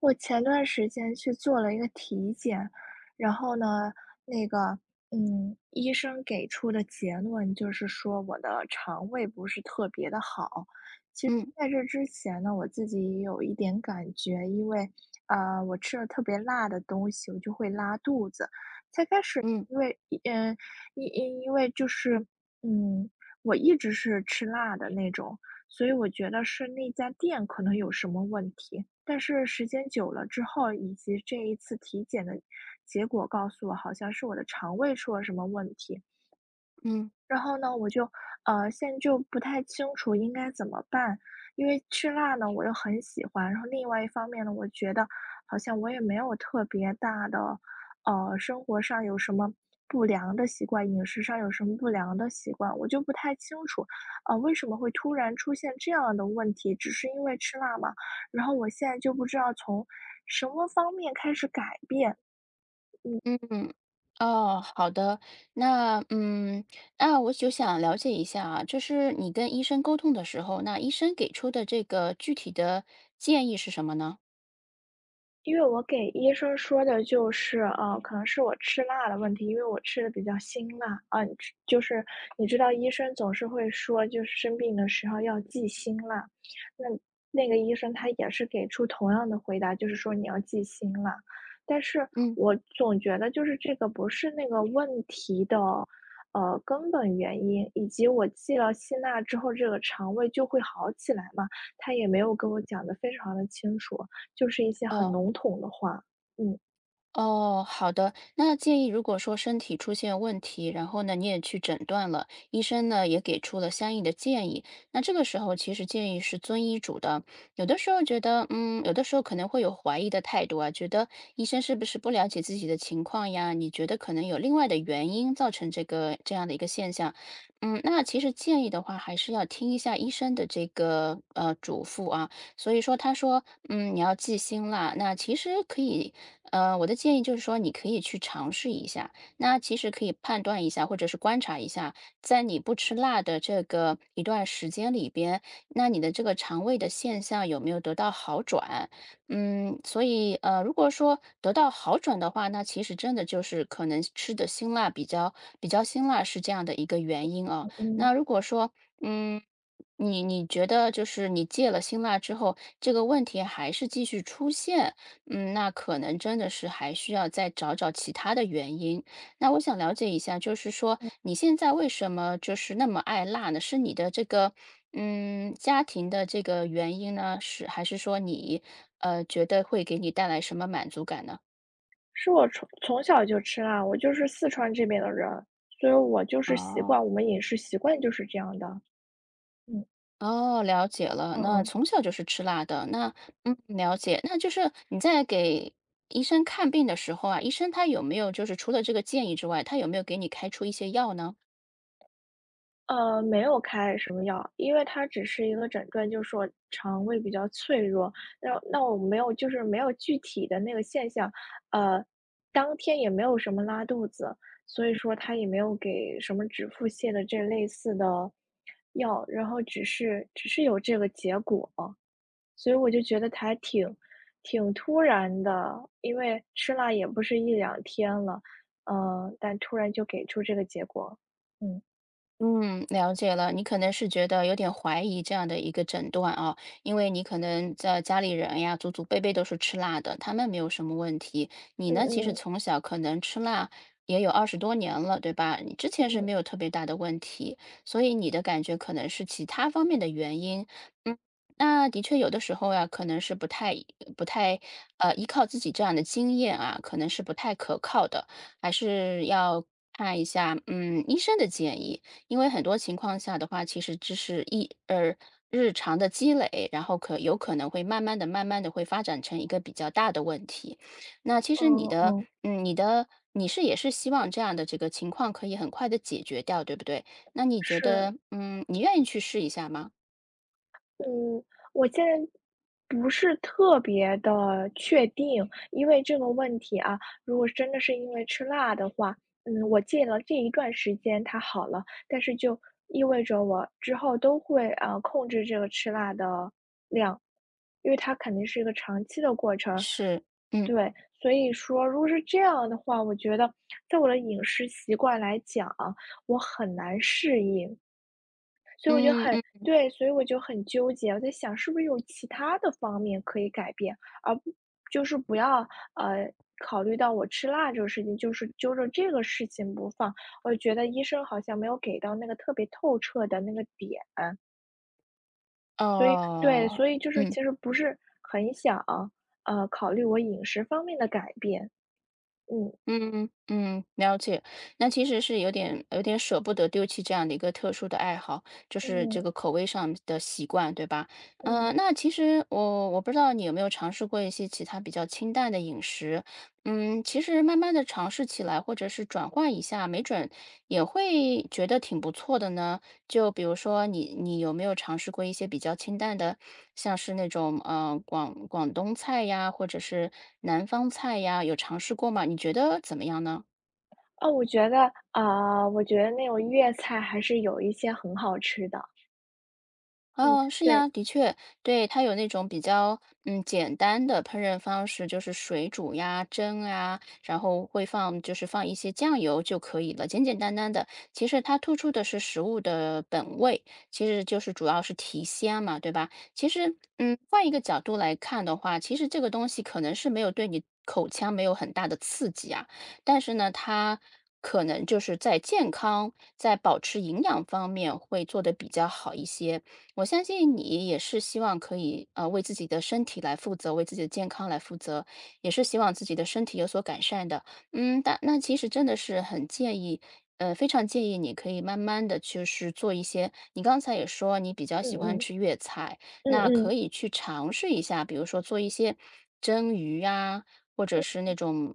我前段时间去做了一个体检，然后呢，那个，医生给出的结论就是说我的肠胃不是特别的好。其实嗯在这之前呢，我自己也有一点感觉，因为，我吃了特别辣的东西，我就会拉肚子。才开始嗯因为嗯，因为就是，嗯，我一直是吃辣的那种，所以我觉得是那家店可能有什么问题。但是时间久了之后，以及这一次体检的结果告诉我，好像是我的肠胃出了什么问题。嗯然后呢，我就，现在就不太清楚应该怎么办。因为吃辣呢，我又很喜欢，然后另外一方面呢，我觉得好像我也没有特别大的，生活上有什么不良的习惯，饮食上有什么不良的习惯，我就不太清楚，为什么会突然出现这样的问题，只是因为吃辣嘛。然后我现在就不知道从什么方面开始改变。嗯，嗯，哦，好的。那那我就想了解一下啊，就是你跟医生沟通的时候，那医生给出的这个具体的建议是什么呢？因为我给医生说的就是，可能是我吃辣的问题，因为我吃的比较辛辣，啊，吃就是你知道医生总是会说，就是生病的时候要忌辛辣。那那个医生他也是给出同样的回答，就是说你要忌辛辣，但是嗯，我总觉得就是这个不是那个问题的根本原因，以及我忌了辛辣之后，这个肠胃就会好起来嘛，他也没有跟我讲的非常的清楚。就是一些很哦。笼统的话。嗯。哦，好的。那建议如果说身体出现问题，然后呢，你也去诊断了，医生呢也给出了相应的建议。那这个时候其实建议是遵医嘱的。有的时候觉得，有的时候可能会有怀疑的态度啊，觉得医生是不是不了解自己的情况呀？你觉得可能有另外的原因造成这个这样的一个现象。那其实建议的话，还是要听一下医生的这个嘱咐啊。所以说，他说，你要记心辣。那其实可以我的建议就是说，你可以去尝试一下。那其实可以判断一下，或者是观察一下，在你不吃辣的这个一段时间里边，那你的这个肠胃的现象有没有得到好转？所以，如果说得到好转的话，那其实真的就是可能吃的辛辣比较辛辣是这样的一个原因啊。嗯，那如果说嗯。你觉得就是你戒了辛辣之后，这个问题还是继续出现，那可能真的是还需要再找找其他的原因。那我想了解一下，就是说你现在为什么就是那么爱辣呢？是你的这个家庭的这个原因呢？是还是说你觉得会给你带来什么满足感呢？是我小就吃辣，我就是四川这边的人，所以我就是习哦惯，我们饮食习惯就是这样的。嗯。哦，了解了。嗯那从嗯。小就是吃辣的，那了解。那就是你在给医生看病的时候啊，医生他有没有就是除了这个建议之外，他有没有给你开出一些药呢？没有开什么药，因为它只是一个诊断，就说肠胃比较脆弱。那那我没有，就是没有具体的那个现象，呃，当天也没有什么拉肚子，所以说他也没有给什么止腹泻的这类似的药。然后只是有这个结果，所以我就觉得他还挺突然的，因为吃辣也不是一两天了，但突然就给出这个结果。嗯。嗯，了解了。你可能是觉得有点怀疑这样的一个诊断啊，因为你可能在家里人呀，祖祖辈辈都是吃辣的，他们没有什么问题。你嗯呢，其实嗯从小可能吃辣也有20多年了，对吧？你之前是嗯。没有特别大的问题，所以你的感觉可能是其他方面的原因。嗯，那的确有的时候呀，可能是不太依靠自己这样的经验啊，可能是不太可靠的，还是要看一下医生的建议。因为很多情况下的话，其实这是一日常的积累，然后有可能会慢慢的、慢慢的会发展成一个比较大的问题。那其实你嗯的，嗯，嗯，你的你是也是希望这样的这个情况可以很快的解决掉，对不对？那你觉是，得，你愿意去试一下吗？嗯，我现在不是特别的确定，因为这个问题啊，如果真的是因为吃辣的话，嗯，我戒了这一段时间它好了，但是就意味着我之后都会控制这个吃辣的量，因为它肯定是一个长期的过程。是，嗯对，所以说如果是这样的话，我觉得在我的饮食习惯来讲啊我很难适应。所以我就嗯很嗯，对，所以我就很纠结，我在想是不是有其他的方面可以改变，而不就是不要呃考虑到我吃辣这个事情，就是揪着这个事情不放。我觉得医生好像没有给到那个特别透彻的那个点，所以对，哦，所以就是嗯。其实不是很想考虑我饮食方面的改变。嗯嗯嗯，了解。那其实是有点舍不得丢弃这样的一个特殊的爱好，就是这嗯。个口味上的习惯，对吧？嗯。那其实我不知道你有没有尝试过一些其他比较清淡的饮食。其实慢慢的尝试起来，或者是转换一下，没准也会觉得挺不错的呢。就比如说你有没有尝试过一些比较清淡的，像是那种广东菜呀，或者是南方菜呀，有尝试过吗？你觉得怎么样呢？哦，我觉得，啊我觉得那种粤菜还是有一些很好吃的。嗯，哦，是对，呀，的确，对，它有那种比较简单的烹饪方式，就是水煮呀、蒸啊，然后会放就是放一些酱油就可以了，简简单单的。其实它突出的是食物的本味，其实就是主要是提鲜嘛，对吧？其实换一个角度来看的话，其实这个东西可能是没有对你口腔没有很大的刺激啊，但是呢，它。可能就是在健康、在保持营养方面会做得比较好一些。我相信你也是希望可以为自己的身体来负责，为自己的健康来负责，也是希望自己的身体有所改善的。但那其实真的是很建议，非常建议你可以慢慢的就是做一些，你刚才也说你比较嗯喜欢嗯。吃粤菜，嗯那可嗯，以去尝试一下，比如说做一些蒸鱼啊，或者是那种。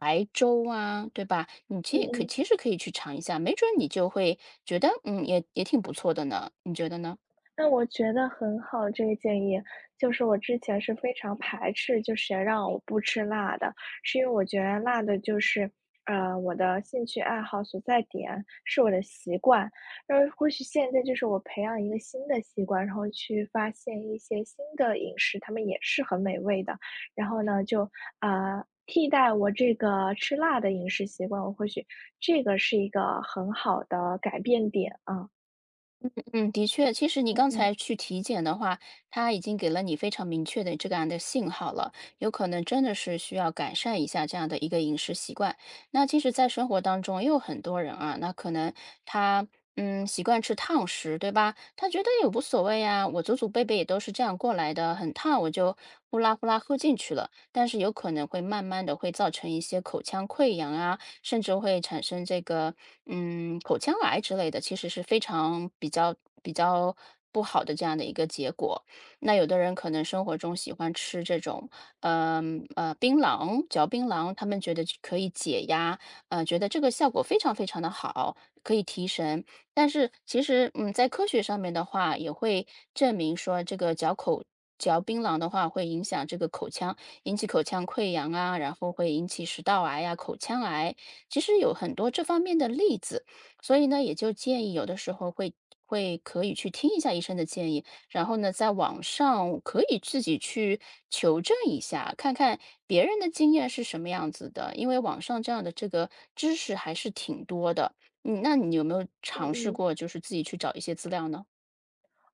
白粥啊，对吧？你嗯其实可嗯，其实可以去尝一下，没准你就会觉得，也挺不错的呢。你觉得呢？那我觉得很好，这个建议。就是我之前是非常排斥，就谁让我不吃辣的，是因为我觉得辣的就是我的兴趣爱好所在点，是我的习惯。然后或许现在就是我培养一个新的习惯，然后去发现一些新的饮食，它们也是很美味的。然后呢，就，啊替代我这个吃辣的饮食习惯，我或许这个是一个很好的改变点啊。嗯，的确，其实你嗯刚嗯。才去体检的话，他已经给了你非常明确的这个样的信号了，有可能真的是需要改善一下这样的一个饮食习惯。那其实，在生活当中也有很多人啊，那可能他习惯吃烫食，对吧？他觉得也无所谓呀，我祖祖辈辈也都是这样过来的，很烫我就呼啦呼啦喝进去了，但是有可能会慢慢的会造成一些口腔溃疡啊，甚至会产生这个口腔癌之类的，其实是非常比较不好的这样的一个结果。那有的人可能生活中喜欢吃这种，槟榔，嚼槟榔，他们觉得可以解压，觉得这个效果非常非常的好，可以提神。但是其实，在科学上面的话，也会证明说，这个嚼槟榔的话，会影响这个口腔，引起口腔溃疡啊，然后会引起食道癌呀、口腔癌。其实有很多这方面的例子，所以呢，也就建议有的时候会可以去听一下医生的建议，然后呢，在网上可以自己去求证一下，看看别人的经验是什么样子的，因为网上这样的这个知识还是挺多的。嗯，那你有没有嗯尝试嗯。过就是自己去找一些资料呢？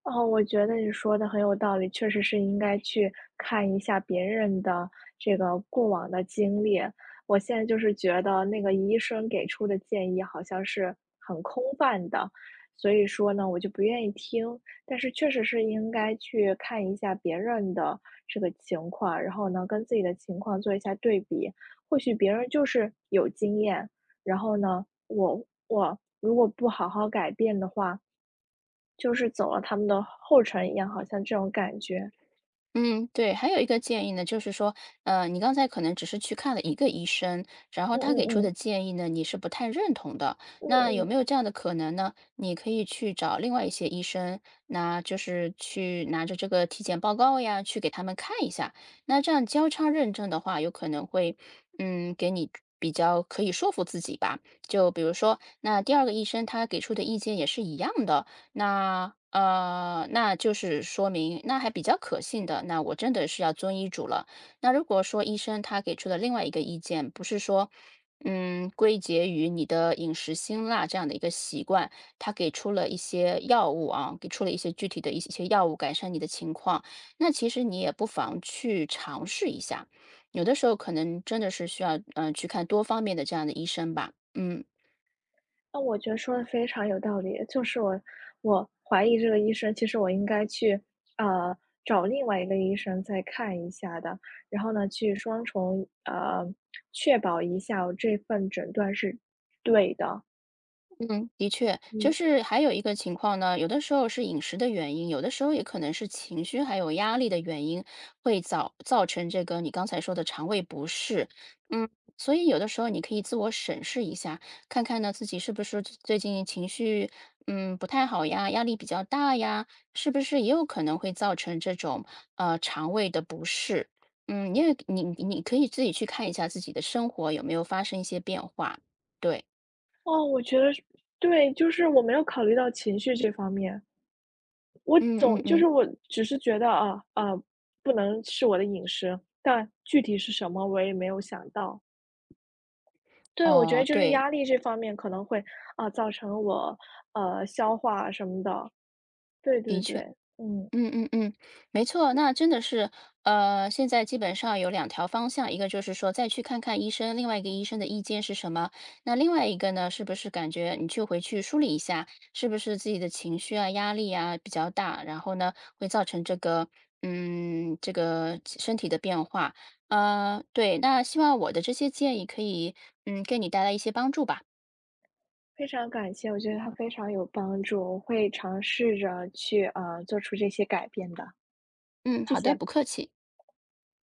哦，我觉得你说的很有道理，确实是应该去看一下别人的这个过往的经历。我现在就是觉得那个医生给出的建议好像是很空泛的，所以说呢，我就不愿意听。但是确实是应该去看一下别人的这个情况，然后呢，跟自己的情况做一下对比，或许别人就是有经验。然后呢，我如果不好好改变的话，就是走了他们的后尘一样，好像这种感觉。嗯，对，还有一个建议呢，就是说，你刚才可能只是去看了一个医生，然后嗯他嗯给出的嗯，建议呢，你是不太认同的。嗯那有嗯，没有这样的可能呢？你可以去找另外一些医生，那就是去拿着这个体检报告呀，去给他们看一下。那这样交叉认证的话，有可能会，给你比较可以说服自己吧。就比如说，那第二个医生他给出的意见也是一样的，那那就是说明那还比较可信的，那我真的是要遵医嘱了。那如果说医生他给出的另外一个意见，不是说，归结于你的饮食辛辣这样的一个习惯，他给出了一些药物啊，给出了一些具体的一些药物改善你的情况，那其实你也不妨去尝试一下。有的时候可能真的是需要，去看多方面的这样的医生吧。嗯。那我觉得说的非常有道理。就是我怀疑这个医生，其实我应该去，呃，找另外一个医生再看一下的，然后呢，去双重，确保一下我这份诊断是对的。嗯，的确，就嗯。是还有一个情况呢，有的时候是饮食的原因，有的时候也可能是情绪还有压力的原因，会造成这个你刚才说的肠胃不适。嗯，所以有的时候你可以自我审视一下，看看呢自己是不是最近情绪不太好呀，压力比较大呀，是不是也有可能会造成这种肠胃的不适？嗯，因为你可以自己去看一下自己的生活有没有发生一些变化。对，哦，我觉得是对，就是我没有考虑到情绪这方面。我嗯嗯总就嗯。是我只是觉得啊啊，不能是我的饮食，但具体是什么我也没有想到。对，我觉得哦，就是对，压力这方面可能会啊，造成我消化什么的。对的对对。确，嗯，嗯嗯嗯，没错，那真的是，现在基本上有两条方向，一个就是说再去看看医生，另外一个医生的意见是什么，那另外一个呢，是不是感觉你去回去梳理一下，是不是自己的情绪啊、压力啊比较大，然后呢，会造成这个，这个身体的变化，对，那希望我的这些建议可以，给你带来一些帮助吧，非常感谢，我觉得它非常有帮助，我会尝试着去啊做出这些改变的。嗯，谢好的，谢。不客气。